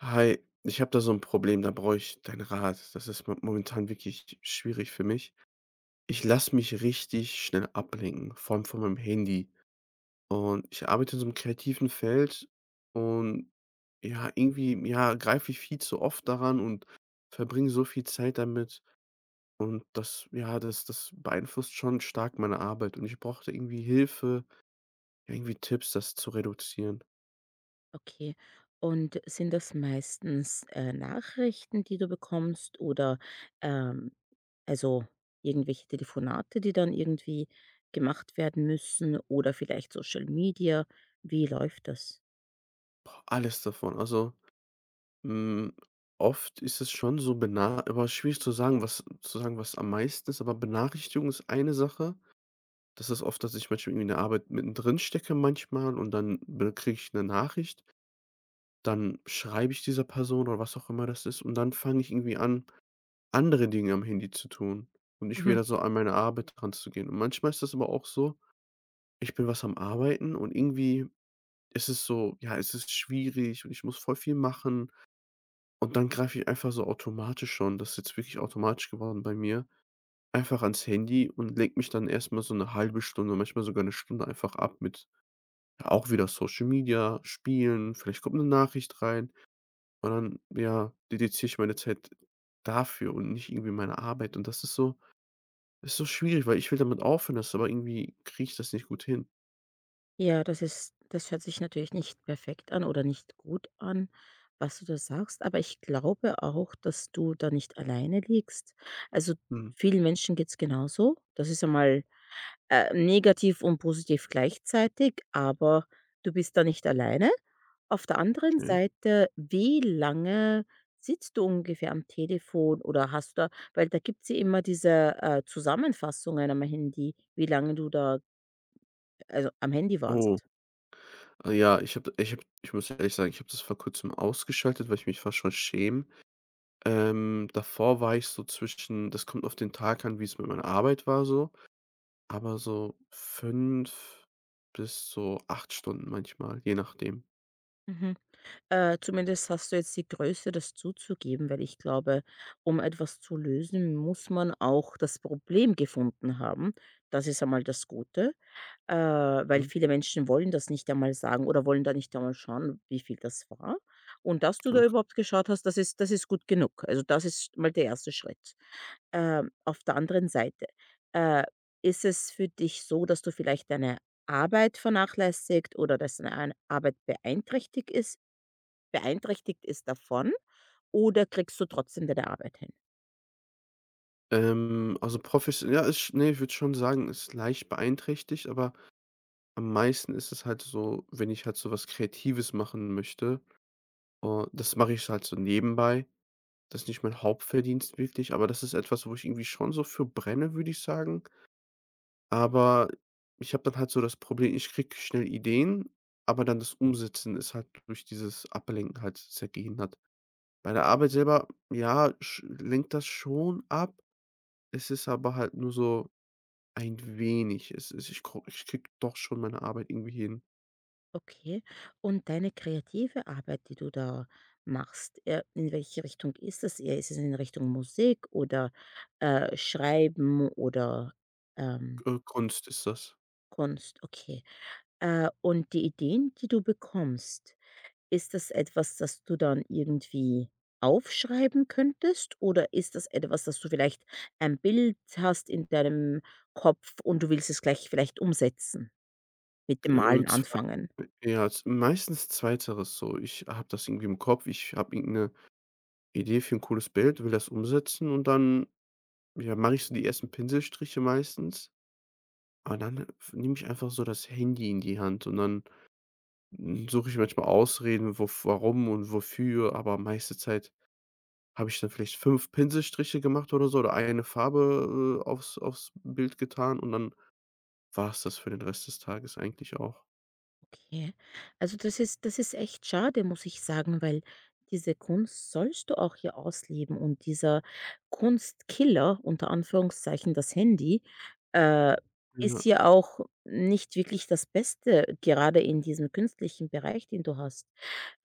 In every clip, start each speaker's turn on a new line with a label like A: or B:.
A: Hi, ich habe da so ein Problem, da brauche ich deinen Rat. Das ist mo momentan wirklich schwierig für mich. Ich lasse mich richtig schnell ablenken, vor allem von meinem Handy. Und ich arbeite in so einem kreativen Feld und ja, irgendwie, ja, greife ich viel zu oft daran und verbringe so viel Zeit damit. Und das ja, das das beeinflusst schon stark meine Arbeit, und ich brauchte irgendwie Hilfe, ja, irgendwie Tipps, das zu reduzieren.
B: Okay. Und sind das meistens, Nachrichten, die du bekommst, oder, ähm, also irgendwelche Telefonate, die dann irgendwie gemacht werden müssen, oder vielleicht Social Media? Wie läuft das?
A: Boah, alles davon. Also hm, oft ist es schon so bena aber schwierig zu sagen, was am meisten ist, aber Benachrichtigung ist eine Sache. Das ist oft, dass ich manchmal irgendwie in der Arbeit mittendrin stecke manchmal, und dann kriege ich eine Nachricht, dann schreibe ich dieser Person oder was auch immer das ist, und dann fange ich irgendwie an, andere Dinge am Handy zu tun und nicht wieder so an meine Arbeit ranzugehen. Und manchmal ist das aber auch so, ich bin was am Arbeiten und irgendwie ist es so, ja, es ist schwierig und ich muss voll viel machen. Und dann greife ich einfach so automatisch schon, das ist jetzt wirklich automatisch geworden bei mir, einfach ans Handy und lenke mich dann erstmal so eine halbe Stunde, manchmal sogar eine Stunde einfach ab mit, ja, auch wieder Social Media, Spielen, vielleicht kommt eine Nachricht rein, und dann, ja, dediziere ich meine Zeit dafür und nicht irgendwie meine Arbeit. Und das ist so, ist so schwierig, weil ich will damit aufhören, das, aber irgendwie kriege ich das nicht gut hin.
B: Ja, das hört sich natürlich nicht perfekt an oder nicht gut an, was du da sagst, aber ich glaube auch, dass du da nicht alleine liegst. Also,
A: Mhm,
B: vielen Menschen geht's genauso. Das ist einmal, negativ und positiv gleichzeitig, aber du bist da nicht alleine. Auf der anderen
A: okay.
B: Seite, wie lange sitzt du ungefähr am Telefon, oder hast du da, weil da gibt's ja immer diese, Zusammenfassungen am Handy, wie lange du da, also am Handy
A: Oh,
B: warst.
A: ja, ich habe, ich muss ehrlich sagen, ich habe das vor Kurzem ausgeschaltet, weil ich mich fast schon schäme. Davor war ich so zwischen, das kommt auf den Tag an, wie es mit meiner Arbeit war so, aber so 5 bis so 8 Stunden manchmal, je nachdem.
B: Mhm. Zumindest hast du jetzt die Größe, das zuzugeben, weil ich glaube, um etwas zu lösen, muss man auch das Problem gefunden haben. Das ist einmal das Gute, weil
A: Mhm,
B: viele Menschen wollen das nicht einmal sagen oder wollen da nicht einmal schauen, wie viel das war. Und dass du da
A: danke.
B: überhaupt geschaut hast, das ist gut genug. Also das ist mal der erste Schritt. Auf der anderen Seite, äh, ist es für dich so, dass du vielleicht deine Arbeit vernachlässigt oder dass deine Arbeit beeinträchtigt ist davon, oder kriegst du trotzdem deine Arbeit hin?
A: Also professionell, ja, ist ne, ich würde schon sagen, ist leicht beeinträchtigt, aber am meisten ist es halt so, wenn ich halt so was Kreatives machen möchte. Und das mache ich halt so nebenbei. Das ist nicht mein Hauptverdienst wirklich, aber das ist etwas, wo ich irgendwie schon so für brenne, würde ich sagen. Aber ich habe dann halt so das Problem, ich kriege schnell Ideen, aber dann das Umsetzen ist halt durch dieses Ablenken halt sehr gehindert. Bei der Arbeit selber, ja, sch lenkt das schon ab. Es ist aber halt nur so ein wenig. Es ist, ich kriege doch schon meine Arbeit irgendwie hin.
B: Okay. Und deine kreative Arbeit, die du da machst, in welche Richtung ist das eher? Ist es in Richtung Musik oder, Schreiben oder, ähm,
A: Kunst ist das.
B: Kunst? Okay. Und die Ideen, die du bekommst. Ist das etwas, das du dann irgendwie aufschreiben könntest, oder ist das etwas, dass du vielleicht ein Bild hast in deinem Kopf und du willst es gleich vielleicht umsetzen, mit dem
A: Äh,
B: Malen
A: zwei
B: anfangen?
A: ja, z meistens zweiteres so. Ich habe das irgendwie im Kopf. Ich habe irgend 'ne Idee für ein cooles Bild, will das umsetzen, und dann, ja, mache ich so die ersten Pinselstriche meistens. Aber dann nehme ich einfach so das Handy in die Hand, und dann, hm, suche ich manchmal Ausreden, wof warum und wofür, aber meiste Zeit habe ich dann vielleicht 5 Pinselstriche gemacht oder so oder eine Farbe, aufs Bild getan, und dann war es das für den Rest des Tages eigentlich auch.
B: Okay. Also das ist echt schade, muss ich sagen, weil diese Kunst sollst du auch hier ausleben und dieser Kunstkiller, unter Anführungszeichen das Handy, äh,
A: Ja.
B: ist ja auch nicht wirklich das Beste, gerade in diesem künstlichen Bereich, den du hast.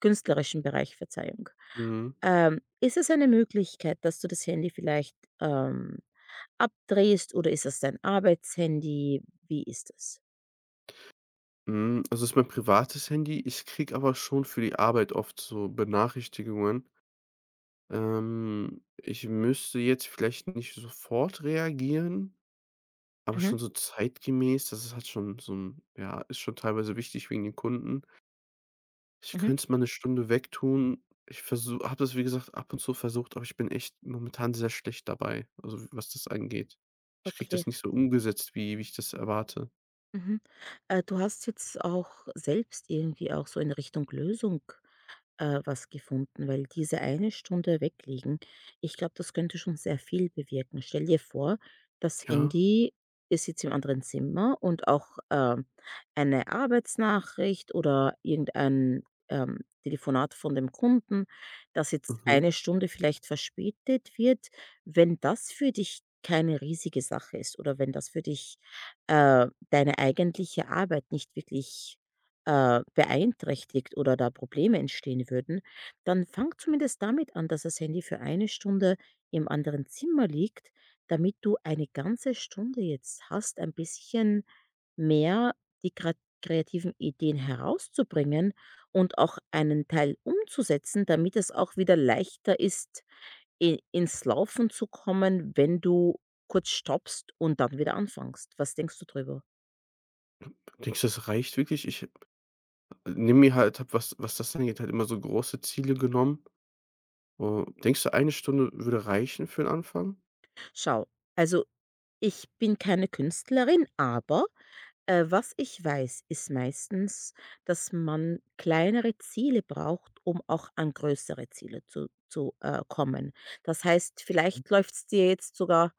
B: Künstlerischen Bereich, Verzeihung.
A: Mhm.
B: Ist es eine Möglichkeit, dass du das Handy vielleicht, ähm, abdrehst, oder ist das dein Arbeitshandy? Wie ist das?
A: Mhm. Also, es ist mein privates Handy. Ich kriege aber schon für die Arbeit oft so Benachrichtigungen. Ich müsste jetzt vielleicht nicht sofort reagieren. Aber
B: Mhm,
A: schon so zeitgemäß, das ist halt schon so 'n, ja, ist schon teilweise wichtig wegen den Kunden. Ich
B: mhm.
A: könnte es mal 'ne Stunde wegtun. Ich versu Habe das, wie gesagt, ab und zu versucht, aber ich bin echt momentan sehr schlecht dabei, also, was das angeht. Ich kriege
B: Okay,
A: das nicht so umgesetzt, wie ich das erwarte.
B: mhm. Du hast jetzt auch selbst irgendwie auch so in Richtung Lösung, was gefunden, weil diese eine Stunde weglegen, ich glaube, das könnte schon sehr viel bewirken. Stell dir vor, das
A: Ja,
B: Handy ist jetzt im anderen Zimmer und auch, eine Arbeitsnachricht oder irgendein, Telefonat von dem Kunden, das jetzt
A: mhm.
B: eine Stunde vielleicht verspätet wird. Wenn das für dich keine riesige Sache ist oder wenn das für dich, deine eigentliche Arbeit nicht wirklich, beeinträchtigt oder da Probleme entstehen würden, dann fang zumindest damit an, dass das Handy für eine Stunde im anderen Zimmer liegt, damit du eine ganze Stunde jetzt hast, ein bisschen mehr die kreativen Ideen herauszubringen und auch einen Teil umzusetzen, damit es auch wieder leichter ist, ins Laufen zu kommen, wenn du kurz stoppst und dann wieder anfängst. Was denkst du drüber?
A: Denkst du, das reicht wirklich? Ich nehme mir halt habe, was das angeht, halt immer so große Ziele genommen. Oh, denkst du, eine Stunde würde reichen für 'n Anfang?
B: Schau, also ich bin keine Künstlerin, aber, was ich weiß, ist meistens, dass man kleinere Ziele braucht, um auch an größere Ziele zu kommen. Das heißt, vielleicht läuft es dir jetzt sogar,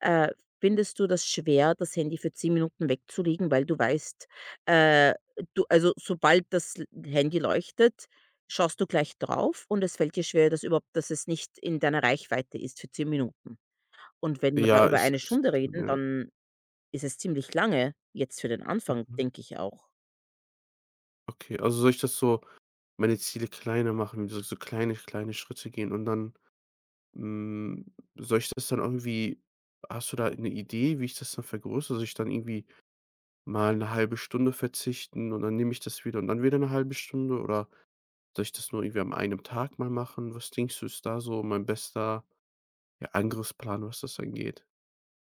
B: äh, findest du das schwer, das Handy für 10 Minuten wegzulegen, weil du weißt, äh, du, also, sobald das l Handy leuchtet, schaust du gleich drauf und es fällt dir schwer, dass überhaupt, dass es nicht in deiner Reichweite ist für 10 Minuten. Und wenn wir da
A: Ja,
B: über
A: es
B: eine
A: es
B: Stunde reden,
A: ja,
B: dann ist es ziemlich lange, jetzt für den Anfang,
A: mhm.
B: denke ich auch.
A: Okay, also soll ich das so meine Ziele kleiner machen, so kleine Schritte gehen, und dann, hm, soll ich das dann irgendwie, hast du da eine Idee, wie ich das dann vergrößere? Soll ich dann irgendwie mal eine halbe Stunde verzichten und dann nehme ich das wieder und dann wieder eine halbe Stunde, oder soll ich das nur irgendwie am einem Tag mal machen? Was denkst du, ist da so mein bester, ja, Angriffsplan, was das angeht?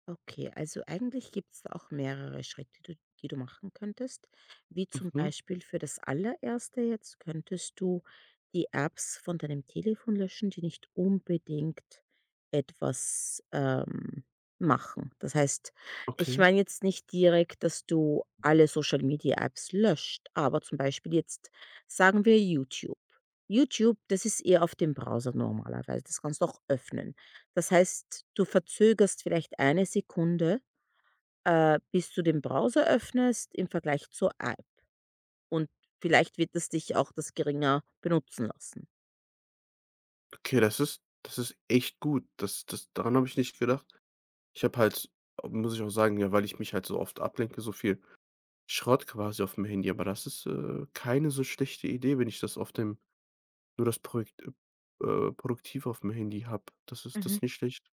B: Okay, also eigentlich gibt's da auch mehrere Schritte, die du machen könntest, wie zum
A: Mhm,
B: Beispiel für das Allererste jetzt könntest du die Apps von deinem Telefon löschen, die nicht unbedingt etwas, machen. Das heißt, ich
A: okay.
B: meine jetzt nicht direkt, dass du alle Social Media Apps löscht, aber zum Beispiel jetzt sagen wir YouTube. YouTube, das ist eher auf dem Browser normalerweise, das kannst du auch öffnen. Das heißt, du verzögerst vielleicht eine Sekunde, bis du den Browser öffnest im Vergleich zur App, und vielleicht wird es dich auch das geringer benutzen lassen.
A: Okay, das ist, das ist echt gut. Das, das daran habe ich nicht gedacht. Ich habe halt Muss ich auch sagen, ja, weil ich mich halt so oft ablenke, so viel Schrott quasi auf dem Handy, aber das ist, keine so schlechte Idee, wenn ich das auf dem nur das Projekt, produktiv aufm Handy habe. Das ist, das
B: Mhm.
A: ist nicht schlecht.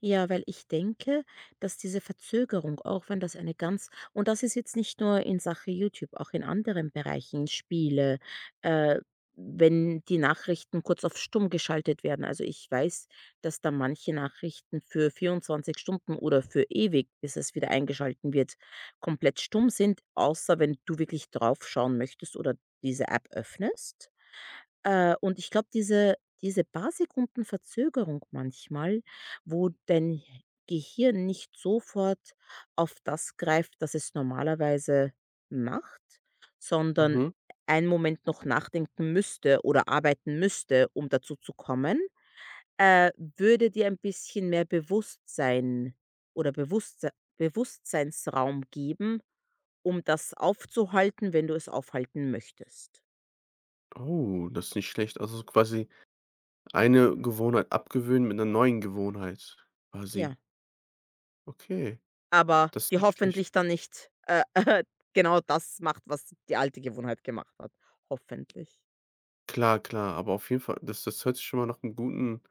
B: Ja, weil ich denke, dass diese Verzögerung, auch wenn das eine ganz, und das ist jetzt nicht nur in Sache YouTube, auch in anderen Bereichen, Spiele, äh, wenn die Nachrichten kurz auf stumm geschaltet werden. Also, ich weiß, dass da manche Nachrichten für 24 Stunden oder für ewig, bis es wieder eingeschalten wird, komplett stumm sind, außer wenn du wirklich draufschauen möchtest oder diese App öffnest. Und ich glaube, diese paar Sekunden Verzögerung manchmal, wo dein H Gehirn nicht sofort auf das greift, das es normalerweise macht, sondern
A: Mhm.
B: einen Moment noch nachdenken müsste oder arbeiten müsste, um dazu zu kommen, würde dir ein bisschen mehr Bewusstsein oder Bewusstseinsraum geben, um das aufzuhalten, wenn du es aufhalten möchtest.
A: Oh, das ist nicht schlecht. Also, so quasi eine Gewohnheit abgewöhnen mit einer neuen Gewohnheit quasi.
B: Ja.
A: Okay,
B: Aber
A: das ist
B: die
A: nicht
B: hoffentlich
A: schlecht.
B: dann nicht, genau das macht, was die alte Gewohnheit gemacht hat. Hoffentlich.
A: Klar, klar, aber auf jeden Fall, das, das hört sich schon mal nach einem guten,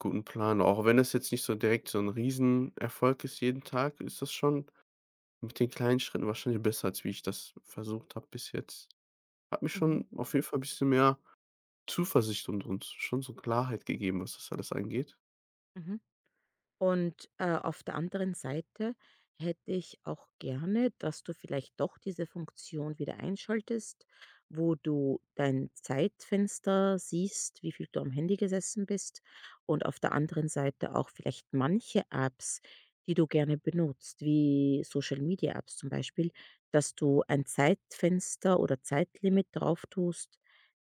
A: guten Plan, auch wenn das jetzt nicht so direkt so ein Riesenerfolg ist jeden Tag, ist das schon mit den kleinen Schritten wahrscheinlich besser als wie ich das versucht habe bis jetzt. Hat mir
B: Mhm,
A: schon auf jeden Fall ein bisschen mehr Zuversicht und schon so Klarheit gegeben, was das alles angeht.
B: mhm. Und, auf der anderen Seite hätte ich auch gerne, dass du vielleicht doch diese Funktion wieder einschaltest, wo du dein Zeitfenster siehst, wie viel du am Handy gesessen bist und auf der anderen Seite auch vielleicht manche Apps, die du gerne benutzt, wie Social Media Apps zum Beispiel, dass du ein Zeitfenster oder Zeitlimit drauf tust,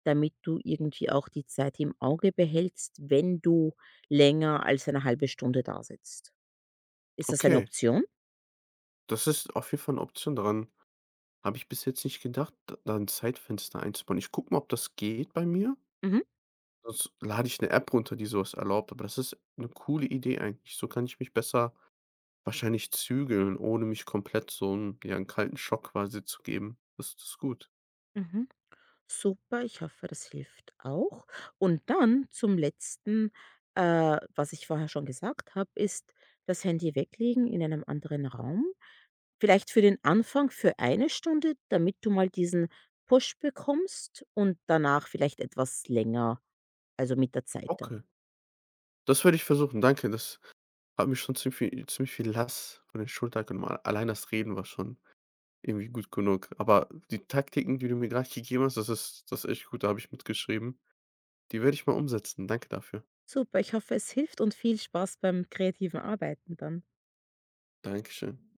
B: damit du irgendwie auch die Zeit im Auge behältst, wenn du länger als eine halbe Stunde dasitzt. Ist das eine
A: Okay,
B: Option?
A: das ist auf jeden Fall eine Option. Daran habe ich bis jetzt nicht gedacht, d da 'n Zeitfenster einzubauen. Ich gucke mal, ob das geht bei mir.
B: Mhm.
A: Sonst lade ich eine App runter, die sowas erlaubt, aber das ist eine coole Idee eigentlich. So kann ich mich besser wahrscheinlich zügeln, ohne mich komplett so einen, ja, 'n kalten Schock quasi zu geben. Das, das ist gut.
B: Mhm. Super, ich hoffe, das hilft auch. Und dann zum Letzten, was ich vorher schon gesagt habe, ist das Handy weglegen in einem anderen Raum. Vielleicht für den Anfang für eine Stunde, damit du mal diesen Push bekommst und danach vielleicht etwas länger, also mit der Zeit
A: Okay,
B: dann.
A: das werde ich versuchen. Danke, das hat mir schon ziemlich viel Last von den Schultern genommen. Allein das Reden war schon irgendwie gut genug. Aber die Taktiken, die du mir gerade gegeben hast, das ist, das ist echt gut, da habe ich mitgeschrieben. Die werde ich mal umsetzen. Danke dafür.
B: Super, ich hoffe, es hilft und viel Spaß beim kreativen Arbeiten dann.
A: Dankeschön.